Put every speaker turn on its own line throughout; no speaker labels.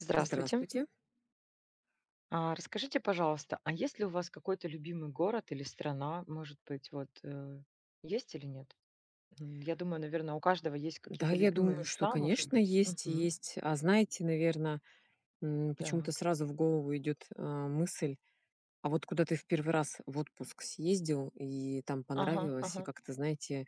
Здравствуйте.
Здравствуйте.
Расскажите, пожалуйста, есть ли у вас какой-то любимый город или страна, может быть, вот, есть или нет? Я думаю, наверное, у каждого есть
Да,
какие-то
я
любимые
думаю, что,
места, может
конечно,
быть.
есть и
Мгм.
есть. А знаете, наверное, почему-то
Так.
сразу в голову идет мысль, а вот куда ты в первый раз в отпуск съездил, и там
Ага,
понравилось, и
ага.
как-то, знаете,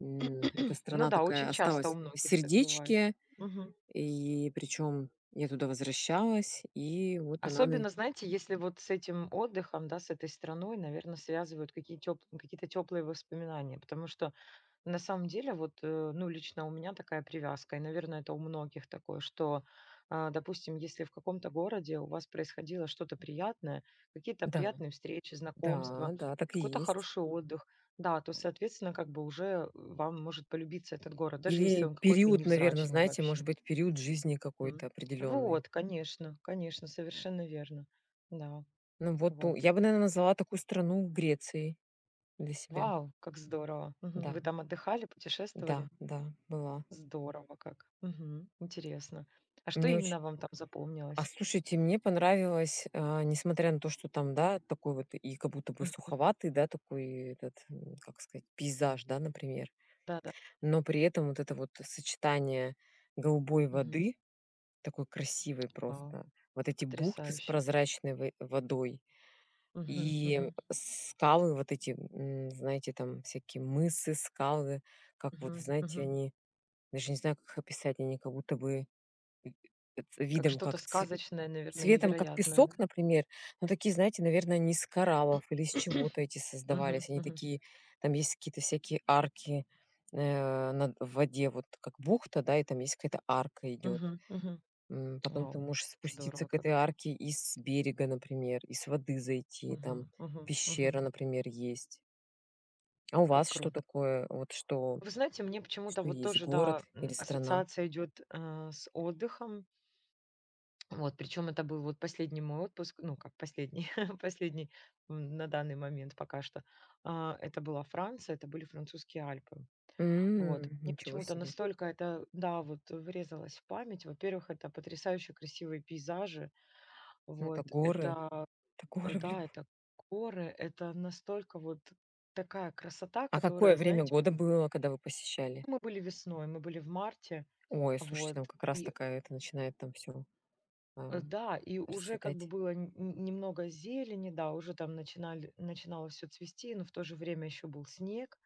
эта
Ну
страна
да,
такая
очень часто у
осталась в
многих так бывает.
сердечке,
Мгм.
и причем я туда возвращалась, и вот она...
Особенно, знаете, если вот с этим отдыхом, да, с этой страной, наверное, связывают какие-то теплые воспоминания, потому что на самом деле, ну, лично у меня такая привязка, и, наверное, это у многих такое, что, допустим, если в каком-то городе у вас происходило что-то приятное, какие-то
Да,
приятные встречи,
да,
знакомства,
да, так и
какой-то
есть.
хороший отдых, да, то, соответственно, как бы уже вам может полюбиться этот город, даже если
Или
он какой-то и
период, наверное,
невзрачный
знаете,
вообще.
может быть, период жизни какой-то
М.
определенный.
Вот, конечно, конечно, совершенно верно. Да,
Ну вот ту
вот.
я бы, наверное, назвала такую страну Грецией для себя.
Вау, как здорово. Мгм.
Да,
Вы там отдыхали,
да,
путешествовали?
да, была.
Здорово как. Мгм. Интересно. А что
Мне очень
именно вам там
а
запомнилось?
Слушайте, мне понравилось, несмотря на то, что там, да, такой вот и как будто бы
Мгм.
суховатый, да, такой этот, как сказать, пейзаж, да, например.
Да-да.
Но при этом вот это вот сочетание голубой
Мгм.
воды, такой красивой
Вау,
просто, вот эти бухты с
потрясающе.
прозрачной вы водой.
Мгм.
И
Мгм.
скалы вот эти, знаете, там всякие мысы, скалы, как вот,
Мгм.
знаете,
Мгм.
они, даже не знаю, как их описать, они как будто бы
Как
видом
что-то сказочное, наверное,
цветом, как
невероятное, да?
песок, например, но такие, знаете, наверное, не из кораллов или из чего-то эти
Мгм.
создавались. Они
Мгм.
такие, там есть какие-то всякие арки в воде, вот как бухта, да, и там есть какая-то арка идет.
Мгм. Мгм.
Потом ты
Вау,
можешь спуститься
здорово
к этой
как.
арке и с берега, например, и с воды зайти, там
Мгм. Мгм.
пещера,
Мгм.
например, есть. А у
Как
вас что
круто.
такое? Вот что
Вы знаете, мне почему-то
что
вот
есть?
тоже,
Город
да,
или страна?
ассоциация идет с отдыхом. Вот, причем это был вот последний мой отпуск, ну, как последний, последний на данный момент пока что. Это была Франция, это были французские Альпы. Вот.
М,
Мне
ничего
почему-то
себе.
настолько это, да, вот врезалось в память. Во-первых, это потрясающе красивые пейзажи.
Ну, это
Вот,
горы.
это,
Это
э,
горы в
да,
любо
это горы, это настолько вот такая красота,
А какое
которая,
время
знаете, вот
года было, когда вы посещали?
мы были весной, мы были в марте,
Ой, слушайте,
вот,
там как раз
и
такая это начинает там все
да, и уже как бы
расцветать.
было н н немного зелени, да, уже там начинали начинало все цвести, но в то же время еще был снег.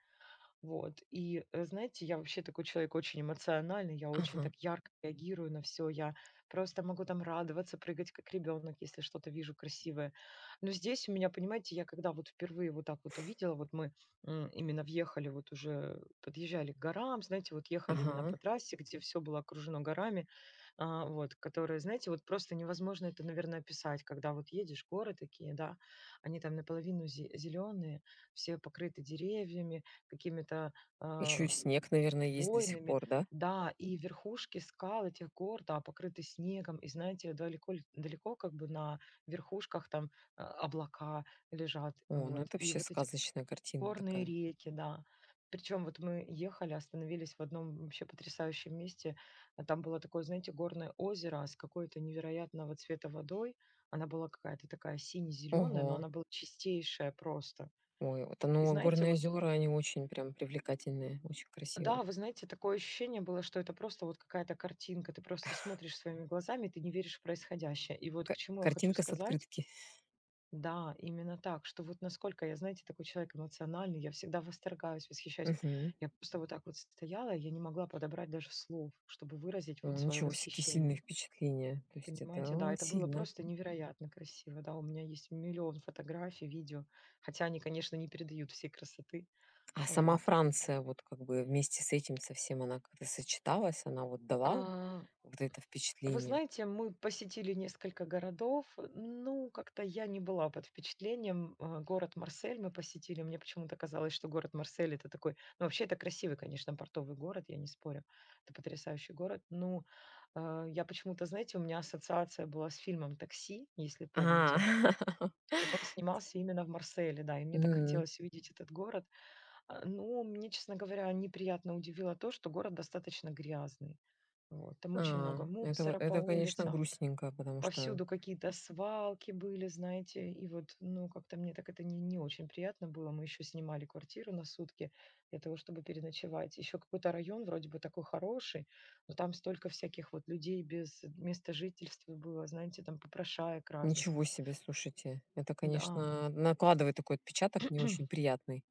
Вот. И знаете, я вообще такой человек очень эмоциональный, я очень
Ага,
так ярко реагирую на все, я просто могу там радоваться, прыгать как ребенок, если что-то вижу красивое. Но здесь у меня, понимаете, я когда вот впервые вот так вот увидела, вот мы именно въехали, вот уже подъезжали к горам, знаете, вот ехали именно
ага.
по трассе, где все было окружено горами, вот, которые, знаете, вот просто невозможно это, наверное, описать, когда вот едешь, горы такие, да, они там наполовину зеленые, все покрыты деревьями, какими-то,
Еще и
а,
снег, наверное, есть до сих
войнами.
пор, да?
Да, и верхушки скал этих гор, да, покрыты снегом, и знаете, далеко, далеко как бы на верхушках там облака лежат,
О, ну
вот.
это
И
вообще
вот эти
сказочная картина
горные
такая.
реки, да. Причем вот мы ехали, остановились в одном вообще потрясающем месте. Там было такое, знаете, горное озеро с какой-то невероятного цвета водой. Она была какая-то такая сине-зеленая, но
Ого.
она была чистейшая просто.
Ой, вот
И
оно,
знаете,
горные
вот
озера, они очень прям привлекательные, очень красивые.
да, вы знаете, такое ощущение было, что это просто вот какая-то картинка. Ты просто смотришь своими глазами, ты не веришь в происходящее. И вот
Ка-
к чему я хочу
картинка с
сказать.
открытки.
Да, именно так, что вот насколько я, знаете, такой человек эмоциональный, я всегда восторгаюсь, восхищаюсь.
Мгм.
Я просто вот так вот стояла, я не могла подобрать даже слов, чтобы выразить
О,
вот свое
ничего себе, сильные
восхищение.
впечатления. То есть это
Понимаете, да,
а,
это было
сильно.
просто невероятно красиво, да, у меня есть миллион фотографий, видео, хотя они, конечно, не передают всей красоты,
А сама
вот.
Франция, вот как бы вместе с этим совсем она как-то сочеталась, она вот дала
А,
вот это
Вы
впечатление.
знаете, мы посетили несколько городов. Ну, как-то я не была под впечатлением. Город Марсель мы посетили. Мне почему-то казалось, что город Марсель это такой… Ну, вообще это красивый, конечно, портовый город, я не спорю. Это потрясающий город. Ну, я почему-то, знаете, у меня ассоциация была с фильмом «Такси», если
А,
помните. Он снимался именно в Марселе, да, и мне так
М.
хотелось увидеть этот город. Ну, мне, честно говоря, неприятно удивило то, что город достаточно грязный. Вот. Там очень
А,
много
это,
мусора
вот-
по
это, конечно,
улицам,
грустненько, потому что
повсюду какие-то свалки были, знаете, и вот, ну, как-то мне так это не очень приятно было. Мы еще снимали квартиру на сутки для того, чтобы переночевать. Еще какой-то район вроде бы такой хороший, но там столько всяких вот людей без места жительства было, знаете, там попрошаек разных.
ничего себе, слушайте, это,
Да,
конечно, накладывает такой отпечаток не очень приятный.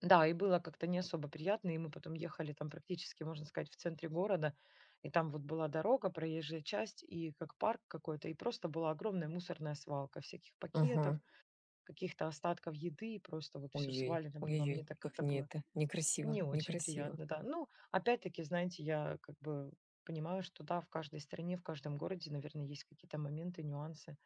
да, и было как-то не особо приятно, и мы потом ехали там практически, можно сказать, в центре города, и там вот была дорога, проезжая часть, и как парк какой-то, и просто была огромная мусорная свалка всяких пакетов,
Ага.
каких-то остатков еды, и просто вот все
Ой-ой,
свалено было.
ой
Мне так
как
как-то
не
было
это, некрасиво,
не очень
некрасиво.
приятно, да. Ну, опять-таки, знаете, я как бы понимаю, что да, в каждой стране, в каждом городе, наверное, есть какие-то моменты, нюансы.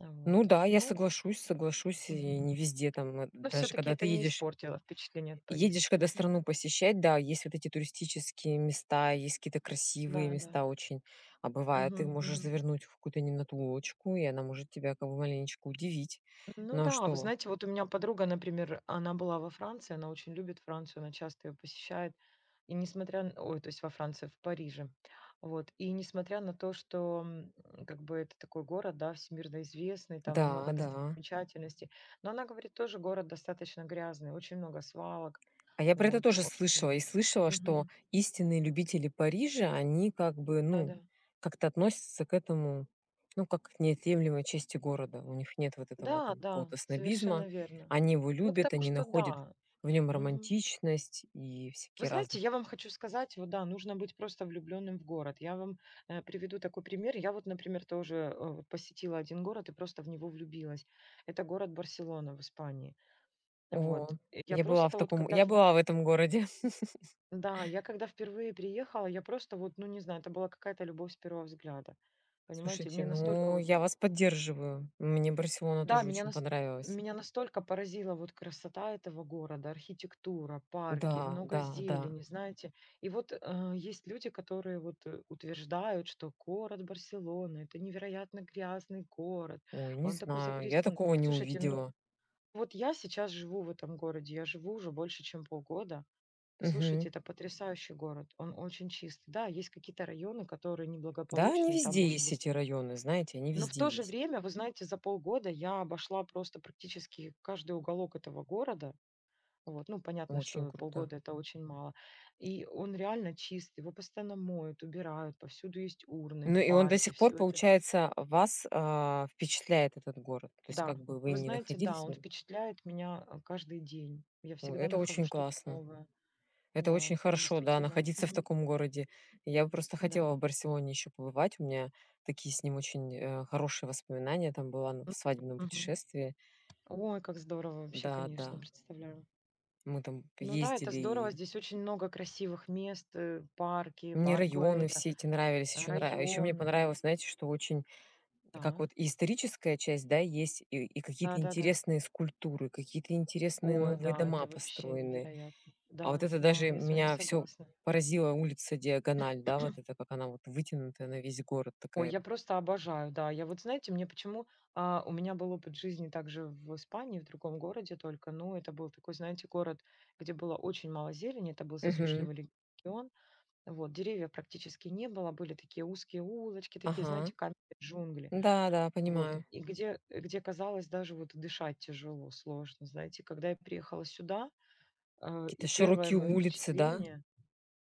Вот.
Ну да, я
Ну,
соглашусь, соглашусь, и
мгм.
не везде там,
Но
даже
все-таки
когда ты
это не
едешь
испортило впечатление от
едешь,
поездки.
когда
Мгм.
страну посещать, да, есть вот эти туристические места, есть какие-то красивые
Да, да.
места очень, а бывает, ты
Мгм,
можешь
мгм.
завернуть в какую-то не на ту лодочку, и она может тебя как бы маленечко удивить.
Ну
Но
да, вы
что?
знаете, вот у меня подруга, например, она была во Франции, она очень любит Францию, она часто ее посещает. Ой, то есть во Франции, в Париже. Вот. И несмотря на то, что как бы это такой город, да, всемирно известный,
Да,
там много
да.
достопримечательностей, но она говорит, тоже город достаточно грязный, очень много свалок,
А я про это
вот.
тоже слышала. И слышала, что
Мгм.
истинные любители Парижа, они как бы, ну,
Да-да.
как-то относятся к этому, ну, как к неотъемлемой части города. У них нет вот этого
Да,
там
да,
какого-то снобизма.
совершенно верно.
Они его
Ну,
любят,
потому
они
что
находят
да.
в нем
Мгм.
романтичность и
Вы
всякие
знаете,
разные.
я вам хочу сказать, вот да, нужно быть просто влюбленным в город. Я вам приведу такой пример. Я вот, например, тоже вот посетила один город и просто в него влюбилась. Это город Барселона в Испании. Вот.
О,
Я
я была в
просто вот
таком,
когда…
я была в этом городе.
Да, я когда впервые приехала, я просто вот, ну не знаю, это была какая-то любовь с первого взгляда. Понимаете,
Слушайте,
мне настолько
ну, я вас поддерживаю. Мне Барселона
да,
тоже очень понравилась.
меня настолько поразила вот красота этого города, архитектура, парки,
Да,
много
да, да.
зелени, знаете. И вот, есть люди, которые вот, утверждают, что город Барселона — это невероятно грязный город,
Ой, не
он такой
знаю, я
загрязнён.
такого не
Слушайте, ну
увидела.
вот я сейчас живу в этом городе, я живу уже больше, чем полгода.
Мгм.
Послушайте, это потрясающий город, он очень чистый. Да, есть какие-то районы, которые
Да, они
неблагополучные, там
везде
может
есть
быть,
эти районы, знаете, они
но в
везде
то же
есть.
время, вы знаете, за полгода я обошла просто практически каждый уголок этого города. Вот. Ну, понятно,
Очень
что
круто.
полгода это очень мало. И он реально чист, его постоянно моют, убирают, повсюду есть урны
Ну
в
и он до
парке,
сих пор,
все это.
получается, вас, впечатляет этот город. То есть
Да,
как бы вы
вы
ни
знаете, да,
находились в
он
нем.
впечатляет меня каждый день. Я
О,
всегда
это
нахожу
очень
что-то
классно.
новое.
Это очень
Да, вот
хорошо, да,
действительно.
находиться в
Мгм.
таком городе. Я бы просто
Да.
хотела в Барселоне еще побывать. У меня такие с ним очень, хорошие воспоминания. Там была в свадебном
Мгм.
путешествии.
Ой, как здорово вообще,
Да, да.
конечно, представляю.
Мы там
Ну да, это
ездили,
здорово.
и
Здесь очень много красивых мест, парки,
мне
парк
районы
Güэля,
все эти нравились. Еще мне
районы, да.
понравилось, знаете, что очень как
Да,
вот и историческая часть, да, есть, и какие-то
да-да-да.
интересные скульптуры, какие-то интересные
Ой,
новые
да,
дома
это вообще
построенные.
невероятно.
А вот
Да,
это
да,
даже
я с вами
меня все
согласна.
поразила улица Диагональ, да, вот это как она вот вытянутая на весь город
Ой,
такая.
я просто обожаю, да. Я вот, знаете, мне почему… у меня был опыт жизни также в Испании, в другом городе только, ну это был такой, знаете, город, где было очень мало зелени, это был
Мгм.
засушливый регион, вот, деревьев практически не было, были такие узкие улочки, такие,
Ага.
знаете, каменные джунгли.
Да-да,
Вот.
понимаю.
И где, казалось, даже вот дышать тяжело, сложно, знаете. Когда я приехала сюда,
Какие-то
и первое
широкие
мое
улицы, да?
впечатление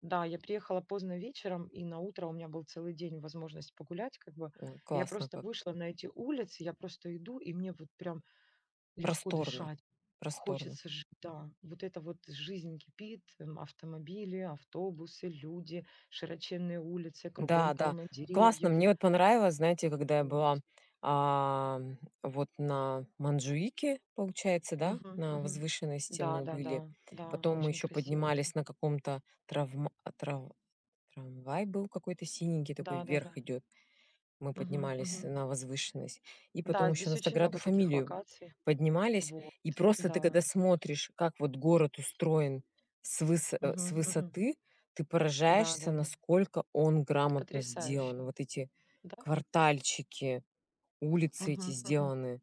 да, я приехала поздно вечером, и на утро у меня был целый день возможность погулять как бы.
Ой,
Я
классно
просто
как.
вышла на эти улицы, я просто иду, и мне вот прям легко
Просторно,
дышать.
просторно.
Хочется жить, да. Вот это вот жизнь кипит, автомобили, автобусы, люди, широченные улицы,
Да,
кругом
да.
полно
Классно.
деревьев.
Мне вот понравилось, знаете, когда я
Вот.
была, а, вот на Манджуике, получается, да,
Мгм,
на
мгм.
возвышенности
Да,
мы
да,
были.
да, да,
Потом мы
очень
еще
красиво там.
поднимались на каком-то травма а, трав трамвай был какой-то синенький такой
Да, да, да.
вверх идет. Мы
Мгм,
поднимались
мгм.
на возвышенность. И потом
Да,
еще
здесь
на
очень
Саграду
много таких
Фамилию
локаций.
поднимались.
Вот,
И просто ты
да.
когда смотришь, как вот город устроен с
Мгм, мгм.
высоты, ты
Да,
поражаешься,
да, да.
насколько он
Это
грамотно сделан.
потрясающе.
Вот эти
Да?
квартальчики, улицы эти
Мгм, мгм.
сделаны.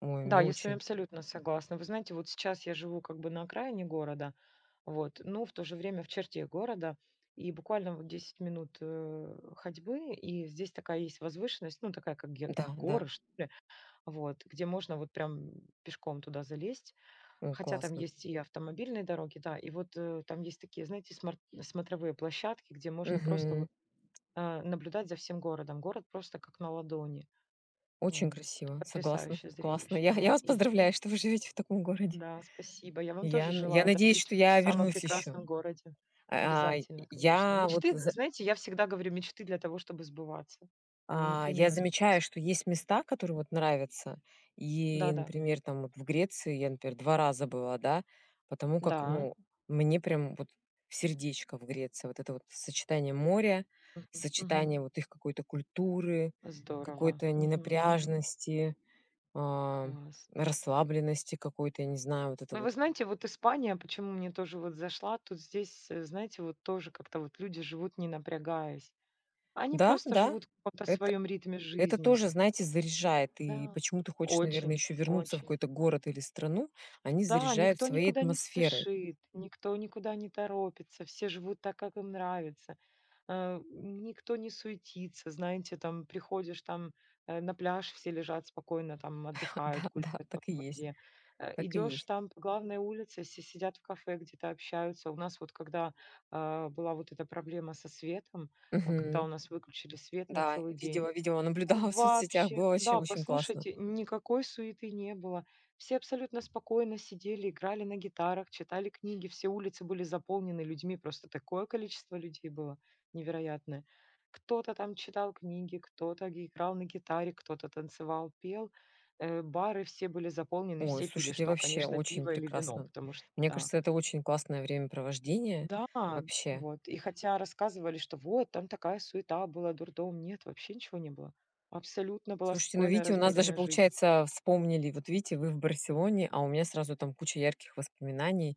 Ой,
Да,
мне
я с вами
очень...
абсолютно согласна. Вы знаете, вот сейчас я живу как бы на окраине города, вот, но в то же время в черте города. И буквально вот 10 минут ходьбы, и здесь такая есть возвышенность, ну, такая как
Да, да.
горы, что ли. Вот, где можно вот прям пешком туда залезть.
Ой,
Хотя там
классно.
есть и автомобильные дороги, да, и вот там есть такие, знаете, смотровые площадки, где можно просто
Мгм.
вот наблюдать за всем городом. Город просто как на ладони.
Очень
Вот.
красиво, согласна.
Потрясающее
Классно.
зрелище,
Я
да.
вас поздравляю,
Идем.
что вы живете в таком городе.
Да, спасибо. Я вам
Я,
тоже
н- я
желаю
надеюсь,
дожить
что
в
я
самом
вернусь еще.
прекрасном городе.
А,
Обязательно, конечно.
я вот
Мечты,
за
знаете, я всегда говорю, мечты для того, чтобы сбываться. Они
а, я
непременно
замечаю,
сбываются.
что есть места, которые вот нравятся. И,
Да-да.
например, там вот в Греции я, например, 2 раза была, да, потому как,
Да.
ну, мне прям вот в сердечко в Греции. Вот это вот сочетание моря,
Мгм. Мгм.
сочетание вот их какой-то культуры,
Здорово.
какой-то
Мгм, мгм.
ненапряжности, а,
Класс.
расслабленности какой-то, я не знаю, вот это
Ну, вы
вот.
знаете, вот Испания, почему мне тоже вот зашла, тут здесь, знаете, вот тоже как-то вот люди живут не напрягаясь. Они
Да,
просто
да,
живут в каком-то
это
своем ритме
Это
жизни.
тоже, знаете, заряжает. И
Да.
почему ты хочешь, наверное,
Очень,
еще вернуться в
очень.
какой-то город или страну, они
Да,
заряжают
никто
своей
никуда не
атмосферой.
спешит, никто никуда не торопится, все живут так, как им нравится. Никто не суетится, знаете, там приходишь там на пляж, все лежат спокойно, там отдыхают,
Да, да,
гуляют по
так и есть,
воде.
так и
Идешь
есть.
там по главной улице, все сидят в кафе, где-то общаются. У нас вот когда была вот эта проблема со светом, когда
Мгм.
у нас выключили свет на
Да,
целый день,
видела, видела, наблюдала в соцсетях,
вообще,
было вообще
да,
очень классно.
послушайте, никакой суеты не было. Все абсолютно спокойно сидели, играли на гитарах, читали книги, все улицы были заполнены людьми, просто такое количество людей было невероятное. Кто-то там читал книги, играл на гитаре, кто-то танцевал, пел. Бары все были заполнены,
Ой,
все пили
слушайте,
что,
вообще
конечно,
очень
пиво или вино,
прекрасно.
потому что,
Мне
да,
кажется, это очень классное времяпровождение
да,
вообще.
вот. И хотя рассказывали, что вот там такая суета была, дурдом, нет, вообще ничего не было. Абсолютно была
Слушайте, ну
спокойная,
видите, у нас даже,
размеренная жизнь.
получается, вспомнили, вот видите, вы в Барселоне, а у меня сразу там куча ярких воспоминаний,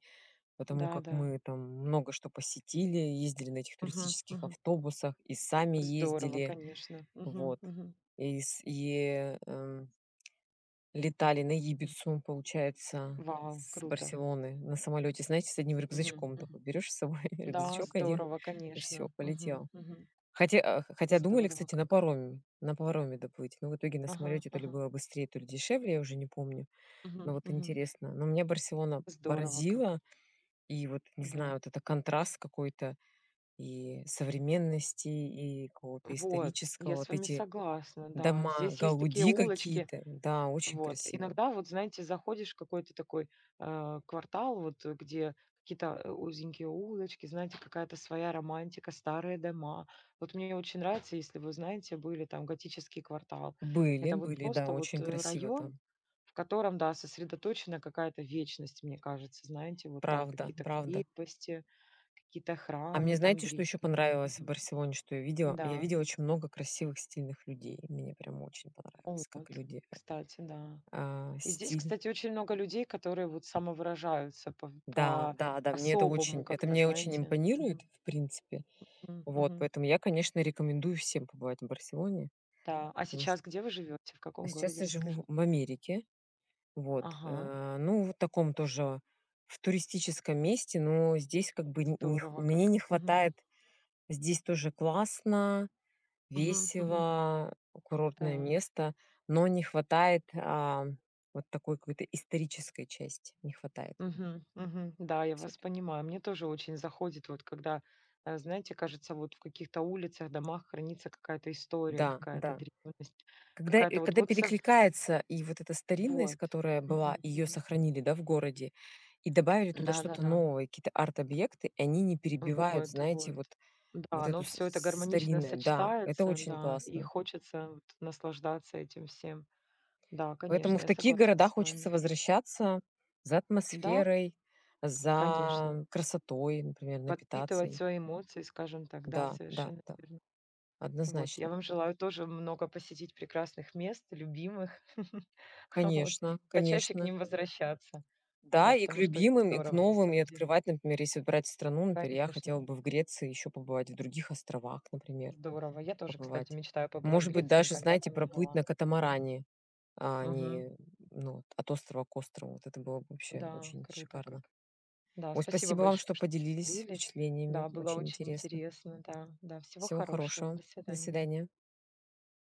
потому
Да,
как
да.
мы там много что посетили, ездили на этих
Мгм,
туристических
мгм.
автобусах и сами
Здорово,
ездили,
конечно. Мгм,
вот.
мгм,
И с и, эм, летали на
мгм.
Ибицу, получается,
Вау,
с
круто.
Барселоны на самолете, знаете, с одним
Мгм,
рюкзачком.
мгм.
Такой берешь с собой
Да,
рюкзачок один,
здорово,
и всё,
конечно. Мгм,
полетел.
мгм.
Хотя думали,
Здорово
кстати, на
как.
пароме на пароме доплыть, но в итоге на
Ага,
самолете то ли
ага.
было быстрее, то ли дешевле, я уже не помню.
Мгм,
Но вот
мгм.
интересно. Но меня Барселона
Здорово как.
поразила. И вот, не
Да.
знаю, вот это контраст какой-то и современности, и какого-то
Вот,
исторического.
я с
Вот
вами
эти
согласна, да.
дома
Здесь есть такие
Гауди
улочки,
какие-то, да, очень
вот.
красиво.
Иногда, вот знаете, заходишь в какой-то такой квартал, где какие-то узенькие улочки, знаете, какая-то своя романтика, старые дома. Вот мне очень нравится, если вы знаете, были там готический квартал.
Были,
Это вот
были, да,
просто вот
очень
э,
красиво
район,
там.
в котором, да, сосредоточена какая-то вечность, мне кажется, знаете, вот там
Правда,
какие-то
правда.
крепости, какие-то
А мне
храмы там
знаете, что
древние.
еще понравилось в
Мгм.
Барселоне, что я видела? Я
Да,
видела очень много красивых, стильных людей. Мне прям очень понравилось,
вот,
как
кстати, да. И здесь,
стиль.
кстати, очень много людей, которые вот самовыражаются по
Да,
по
да, да, мне это очень,
особому
это
как-то,
мне очень
знаете.
импонирует,
Мгм.
в принципе.
М,
Вот,
мгм.
поэтому я, конечно, рекомендую всем побывать в Барселоне.
Да. А
Потому что
сейчас где вы живете? В каком
сейчас
городе?
я живу
Расскажите.
в Америке.
Ага.
Ну, в таком тоже в туристическом месте, но здесь как бы н- не х-
Здорово
мне
как.
не
Мгм.
хватает. Здесь тоже классно,
Мгм. Мгм.
весело, курортное
Так.
место, но не хватает вот такой какой-то исторической части. Не хватает
Мгм. Мгм. Да, я вас
все-таки.
понимаю. Мне тоже очень заходит, вот когда, знаете, кажется, вот в каких-то улицах, домах хранится какая-то история,
Да,
какая-то
да.
древность, какая-то вот
Когда
вот со
перекликается и вот эта старинность,
вот.
которая была,
Мгм.
ее
Мгм.
сохранили, да, в городе, и добавили туда что-то
Да-да-да.
новое, какие-то арт-объекты, и они не перебивают,
Вот,
знаете,
вот.
вот,
Да, оно все это гармонично
старинное. Да, это
сочетается,
очень
да, и
классно.
хочется вот наслаждаться этим всем. Да,
Поэтому
конечно,
в
я
такие
согласна
города
с
хочется
вами.
возвращаться за
Да,
атмосферой,
конечно.
за красотой, например, напитаться
Подпитывать
ей.
свои эмоции, скажем так, да,
Да, да,
совершенно
да,
верно. Вот, я
однозначно.
вам желаю тоже много посетить прекрасных мест, любимых, вот,
Конечно,
почаще к
конечно.
ним возвращаться.
Да,
Да,
и к
потому что это
любимым, и к
здорово на
новым, и
самом деле.
открывать, например, если брать страну, например, я хотела
Конечно,
бы в Греции еще побывать, в других островах, например,
здорово. Я тоже, кстати,
побывать.
мечтаю побывать в
Может быть,
Греции,
даже,
никогда
знаете,
там не
проплыть
была.
на
Мгм.
катамаране, а
Мгм.
не ну, вот, от острова к острову. Вот это было бы вообще
Да,
очень
круто
шикарно.
как. Да,
Ой,
спасибо
спасибо вам,
большое,
что
что
поделились
поделились.
впечатлениями.
Да, было
Очень
очень
интересно.
интересно. Да, да, всего
Всего
хорошего.
хорошего.
До
До
свидания.
свидания.